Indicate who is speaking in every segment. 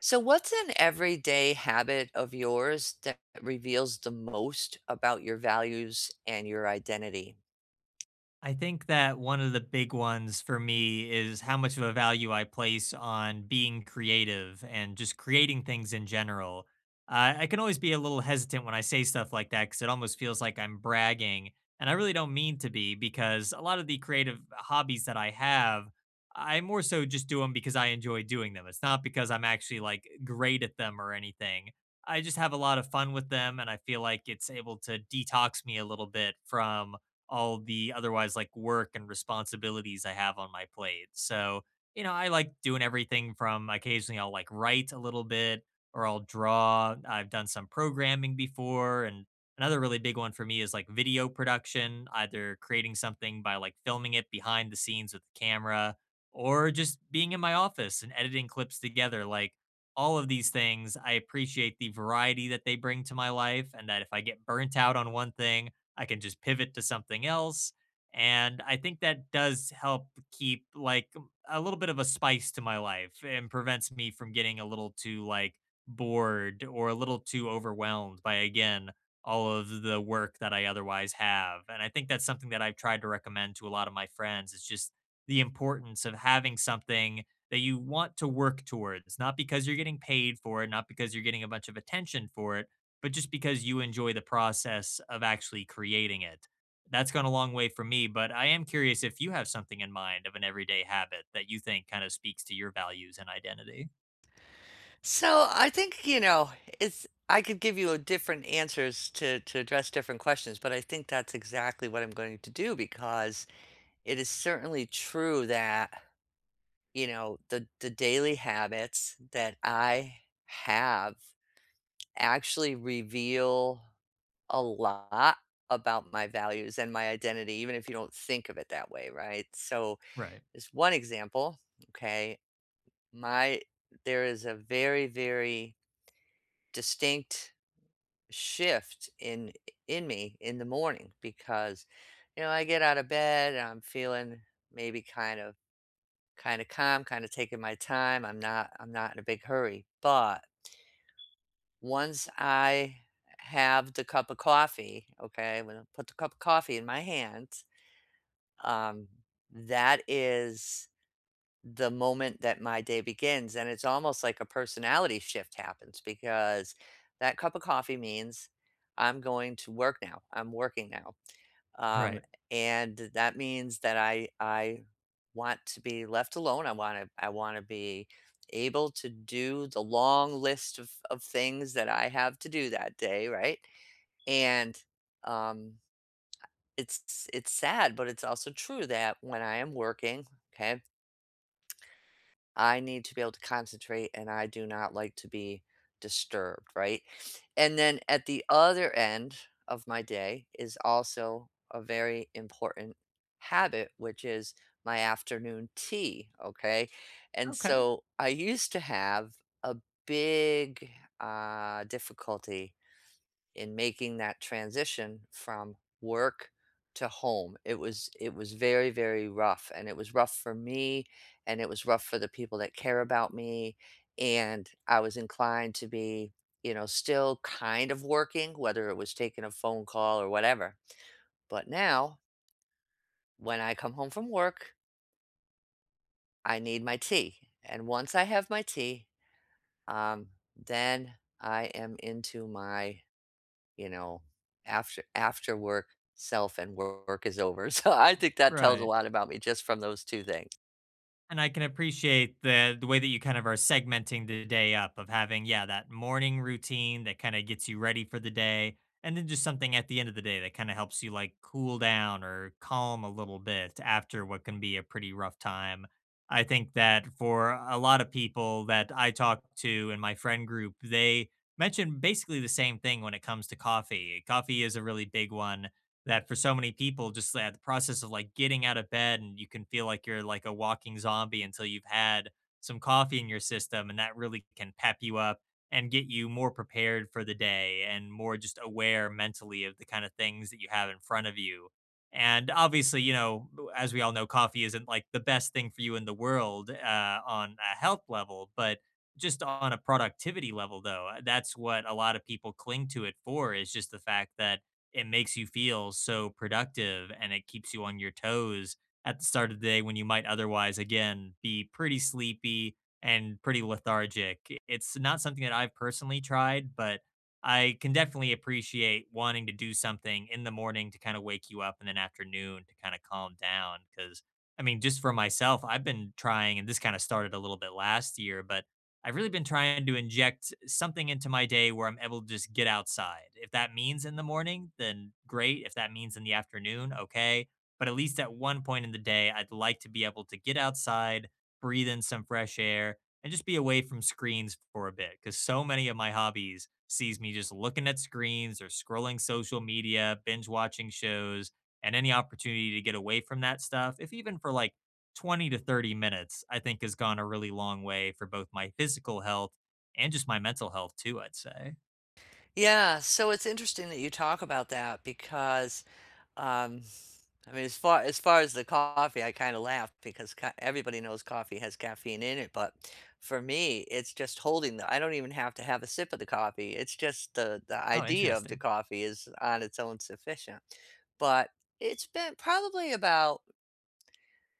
Speaker 1: So, what's an everyday habit of yours that reveals the most about your values and your identity?
Speaker 2: I think that one of the big ones for me is how much of a value I place on being creative and just creating things in general. I can always be a little hesitant when I say stuff like that because it almost feels like I'm bragging. And I really don't mean to be because a lot of the creative hobbies that I have, I more so just do them because I enjoy doing them. It's not because I'm actually like great at them or anything. I just have a lot of fun with them, and I feel like it's able to detox me a little bit from all the otherwise like work and responsibilities I have on my plate. So, I like doing everything from occasionally I'll like write a little bit, or I'll draw. I've done some programming before. And another really big one for me is like video production, either creating something by like filming it behind the scenes with the camera or just being in my office and editing clips together. Like, all of these things, I appreciate the variety that they bring to my life, and that if I get burnt out on one thing, I can just pivot to something else. And I think that does help keep like a little bit of a spice to my life and prevents me from getting a little too like bored or a little too overwhelmed by, again, all of the work that I otherwise have. And I think that's something that I've tried to recommend to a lot of my friends. It's just the importance of having something that you want to work towards, not because you're getting paid for it, not because you're getting a bunch of attention for it, but just because you enjoy the process of actually creating it. That's gone a long way for me, but I am curious if you have something in mind of an everyday habit that you think kind of speaks to your values and identity.
Speaker 1: So, I think, you know, it's I could give you a different answers to address different questions, but I think that's exactly what I'm going to do because it is certainly true that, you know, the daily habits that I have actually reveal a lot about my values and my identity, even if you don't think of it that way, right? So,
Speaker 2: Right.
Speaker 1: there's one example, okay? My there is a very, very distinct shift in me in the morning because you know, I get out of bed and I'm feeling maybe kind of calm, kind of taking my time. I'm not in a big hurry. But once I have the cup of coffee, okay, when I put the cup of coffee in my hand, Um, that is the moment that my day begins, and it's almost like a personality shift happens because that cup of coffee means I'm going to work now. I'm working now. Um,
Speaker 2: Right.
Speaker 1: and that means that I want to be left alone. I want to be able to do the long list of things that I have to do that day, right? And um it's sad, but it's also true that when I am working, okay, I need to be able to concentrate and I do not like to be disturbed, right? And then at the other end of my day is also a very important habit, which is my afternoon tea, okay? And
Speaker 2: Okay.
Speaker 1: so I used to have a big difficulty in making that transition from work to home. It was very, very rough, and it was rough for me, and it was rough for the people that care about me, and I was inclined to be, you know, still kind of working, whether it was taking a phone call or whatever. But now, when I come home from work, I need my tea, and once I have my tea, um, then I am into my you know, after work self and work is over. So I think that tells a
Speaker 2: Right.
Speaker 1: lot about me just from those 2 things.
Speaker 2: And I can appreciate the way that you kind of are segmenting the day up of having, yeah, that morning routine that kind of gets you ready for the day, and then just something at the end of the day that kind of helps you like cool down or calm a little bit after what can be a pretty rough time. I think that for a lot of people that I talk to in my friend group, they mention basically the same thing when it comes to coffee. Coffee is a really big one that, for so many people, just that the process of like getting out of bed, and you can feel like you're like a walking zombie until you've had some coffee in your system, and that really can pep you up and get you more prepared for the day and more just aware mentally of the kind of things that you have in front of you. And obviously, as we all know, coffee isn't like the best thing for you in the world, on a health level, but just on a productivity level though, that's what a lot of people cling to it for, is just the fact that it makes you feel so productive and it keeps you on your toes at the start of the day when you might otherwise, again, be pretty sleepy and pretty lethargic. It's not something that I've personally tried, but I can definitely appreciate wanting to do something in the morning to kind of wake you up and then afternoon to kind of calm down. Cause I mean, just for myself, I've been trying, and this kind of started a little bit last year, but I've really been trying to inject something into my day where I'm able to just get outside. If that means in the morning, then great. If that means in the afternoon, okay. But at least at one point in the day, I'd like to be able to get outside, breathe in some fresh air, and just be away from screens for a bit. Because so many of my hobbies sees me just looking at screens or scrolling social media, binge watching shows, and any opportunity to get away from that stuff, if even for like 20 to 30 minutes, I think has gone a really long way for both my physical health and just my mental health too, I'd say.
Speaker 1: Yeah, so it's interesting that you talk about that because, um, I mean, as far as the coffee, I kinda laugh because ca everybody knows coffee has caffeine in it, but for me, it's just holding the I don't even have to have a sip of the coffee. It's just the
Speaker 2: Oh,
Speaker 1: idea of the
Speaker 2: interesting.
Speaker 1: coffee is on its own sufficient. But it's been probably about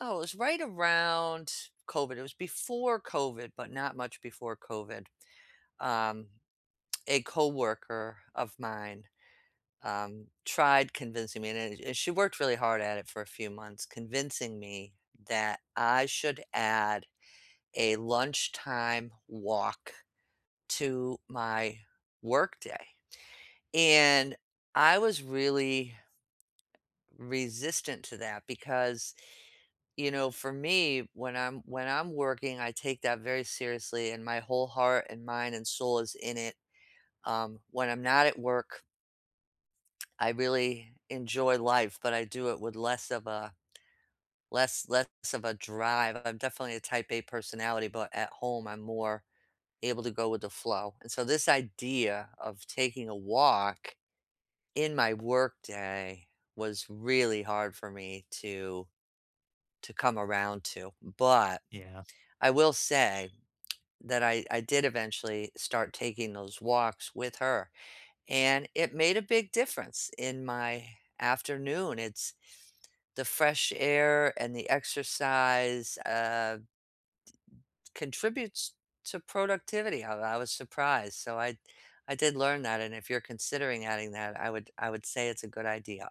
Speaker 1: Oh, it was right around COVID. It was before COVID, but not much before COVID. Um, a coworker of mine tried convincing me, and, and she worked really hard at it for a few months, convincing me that I should add a lunchtime walk to my workday. And I was really resistant to that because you know, for me, when I'm working, I take that very seriously, and my whole heart and mind and soul is in it. When I'm not at work, I really enjoy life, but I do it with less of a less of a drive. I'm definitely a type A personality, but at home, I'm more able to go with the flow. And so, this idea of taking a walk in my work day was really hard for me to come around to, but
Speaker 2: Yeah.
Speaker 1: I will say that I did eventually start taking those walks with her, and it made a big difference in my afternoon. It's the fresh air and the exercise, contributes to productivity. I was surprised, so I did learn that, and if you're considering adding that, I would say it's a good idea.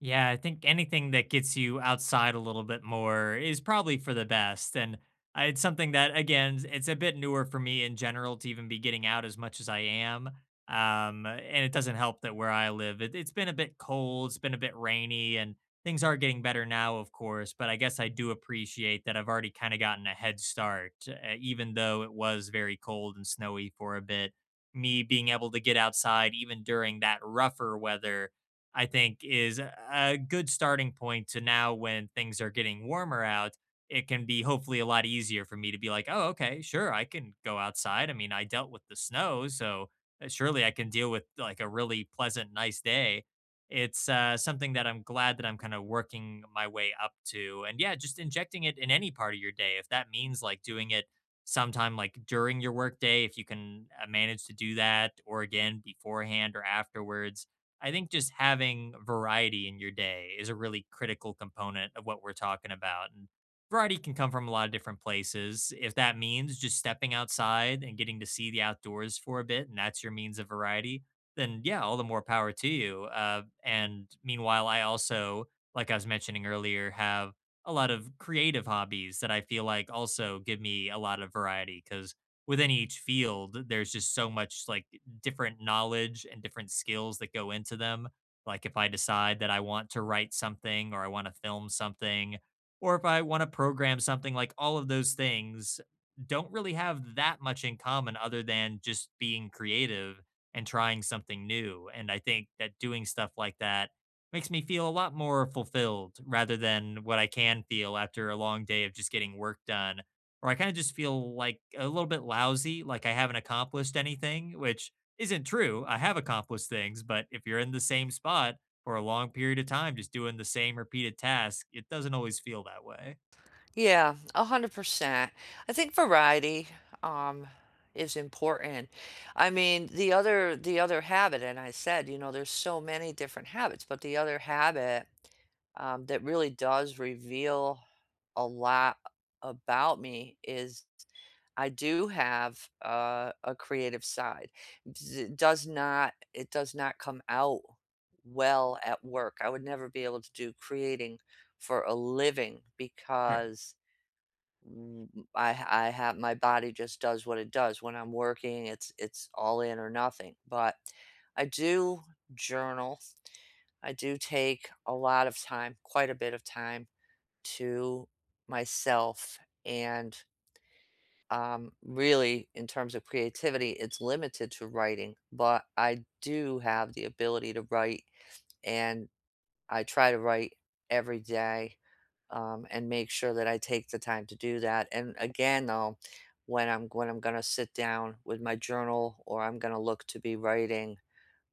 Speaker 2: Yeah, I think anything that gets you outside a little bit more is probably for the best. And it's something that, again, it's a bit newer for me in general to even be getting out as much as I am. And it doesn't help that where I live, it's been a bit cold, it's been a bit rainy, and things are getting better now, of course. But I guess I do appreciate that I've already kind of gotten a head start, even though it was very cold and snowy for a bit. Me being able to get outside, even during that rougher weather, I think is a good starting point to now when things are getting warmer out, it can be hopefully a lot easier for me to be like, "Oh, okay, sure, I can go outside." I mean, I dealt with the snow, so surely I can deal with like a really pleasant, nice day. It's something that I'm glad that I'm kind of working my way up to. And yeah, just injecting it in any part of your day. If that means like doing it sometime like during your work day, if you can manage to do that, or again beforehand or afterwards, I think just having variety in your day is a really critical component of what we're talking about. And variety can come from a lot of different places. If that means just stepping outside and getting to see the outdoors for a bit, and that's your means of variety, then yeah, all the more power to you. And meanwhile, I also, like I was mentioning earlier, have a lot of creative hobbies that I feel like also give me a lot of variety because within each field, there's just so much like different knowledge and different skills that go into them. Like if I decide that I want to write something or I want to film something or if I want to program something, like all of those things don't really have that much in common other than just being creative and trying something new. And I think that doing stuff like that makes me feel a lot more fulfilled rather than what I can feel after a long day of just getting work done, or I kind of just feel like a little bit lousy, like I haven't accomplished anything, which isn't true. I have accomplished things, but if you're in the same spot for a long period of time, just doing the same repeated task, it doesn't always feel that way.
Speaker 1: Yeah, 100%. I think variety um is important. I mean, the other habit, and I said, you know, there's so many different habits, but the other habit that really does reveal a lot about me is I do have a creative side. It does not come out well at work. I would never be able to do creating for a living
Speaker 2: Sure.
Speaker 1: because Mm, I have my body just does what it does. When I'm working, it's all in or nothing, but I do journal. I do take a lot of time, quite a bit of time to myself and, really, in terms of creativity, it's limited to writing, but I do have the ability to write and I try to write every day, and make sure that I take the time to do that. And again, though, when I'm gonna sit down with my journal or I'm gonna look to be writing,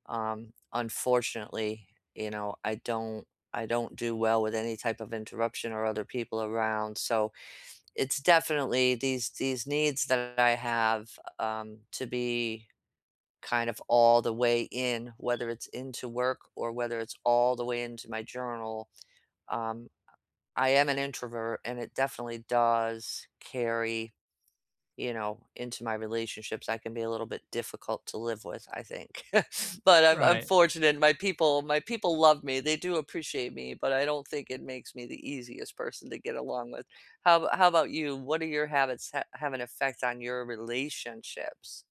Speaker 1: unfortunately, you know, I don't do well with any type of interruption or other people around. So it's definitely these needs that I have to be kind of all the way in, whether it's into work or whether it's all the way into my journal um, I am an introvert, and it definitely does carry, you know, into my relationships. I can be a little bit difficult to live with, I think. But I'm
Speaker 2: Right.
Speaker 1: fortunate. My people love me. They do appreciate me, but I don't think it makes me the easiest person to get along with. How about you? What do your habits ha have an effect on your relationships?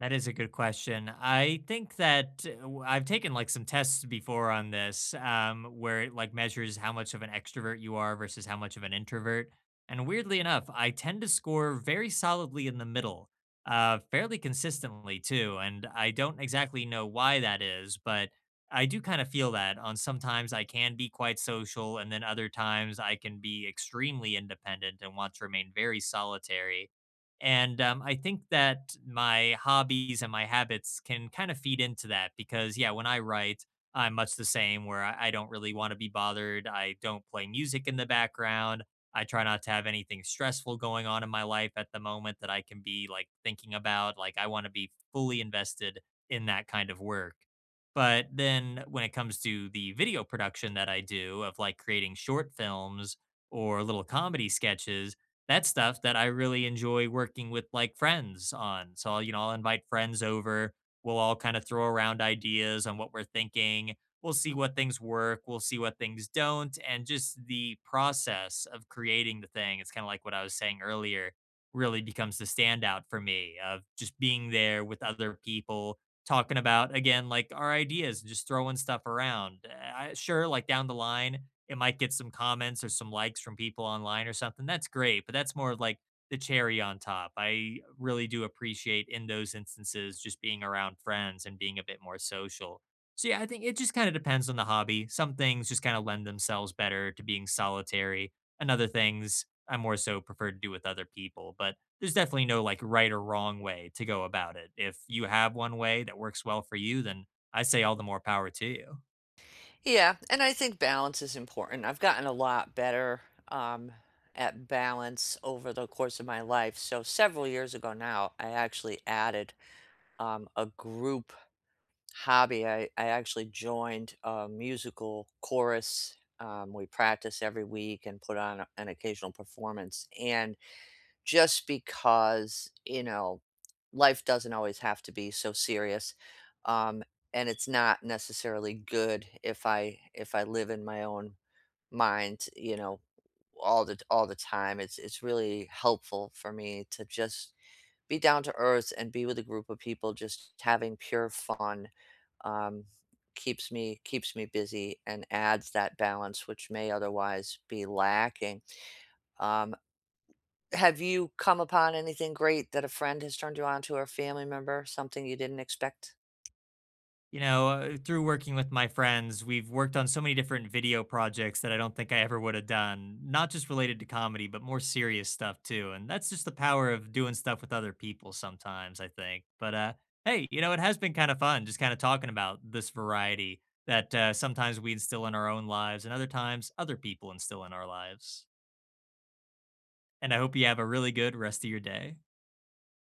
Speaker 2: That is a good question. I think that I've taken like some tests before on this, where it like measures how much of an extrovert you are versus how much of an introvert. And weirdly enough, I tend to score very solidly in the middle, fairly consistently too. And I don't exactly know why that is, but I do kind of feel that on sometimes I can be quite social, and then other times I can be extremely independent and want to remain very solitary, and I think that my hobbies and my habits can kind of feed into that because, yeah, when I write, I'm much the same where I don't really want to be bothered. I don't play music in the background. I try not to have anything stressful going on in my life at the moment that I can be like thinking about. Like, I want to be fully invested in that kind of work. But then when it comes to the video production that I do of like creating short films or little comedy sketches, that's stuff that I really enjoy working with like friends on. So, I'll, I'll invite friends over. We'll all kind of throw around ideas on what we're thinking. We'll see what things work. We'll see what things don't. And just the process of creating the thing, it's kind of like what I was saying earlier, really becomes the standout for me of just being there with other people, talking about, again, like our ideas, and just throwing stuff around. I, sure, like down the line, it might get some comments or some likes from people online or something. That's great, but that's more of like the cherry on top. I really do appreciate in those instances just being around friends and being a bit more social. So yeah, I think it just kind of depends on the hobby. Some things just kind of lend themselves better to being solitary, and other things I more so prefer to do with other people. But there's definitely no like right or wrong way to go about it. If you have one way that works well for you, then I say all the more power to you.
Speaker 1: Yeah, and I think balance is important. I've gotten a lot better um, at balance over the course of my life. So several years ago now, I actually added a group hobby. I actually joined a musical chorus. We practice every week and put on an occasional performance. And just because, you know, life doesn't always have to be so serious. Um, and it's not necessarily good if I live in my own mind, you know, all the time. It's really helpful for me to just be down to earth and be with a group of people just having pure fun. Um, keeps me busy and adds that balance which may otherwise be lacking. Um, have you come upon anything great that a friend has turned you on to or a family member, something you didn't expect?
Speaker 2: Through working with my friends, we've worked on so many different video projects that I don't think I ever would have done, not just related to comedy, but more serious stuff too. And that's just the power of doing stuff with other people sometimes, I think. But hey, it has been kind of fun just kind of talking about this variety that, sometimes we instill in our own lives and other times other people instill in our lives. And I hope you have a really good rest of your day.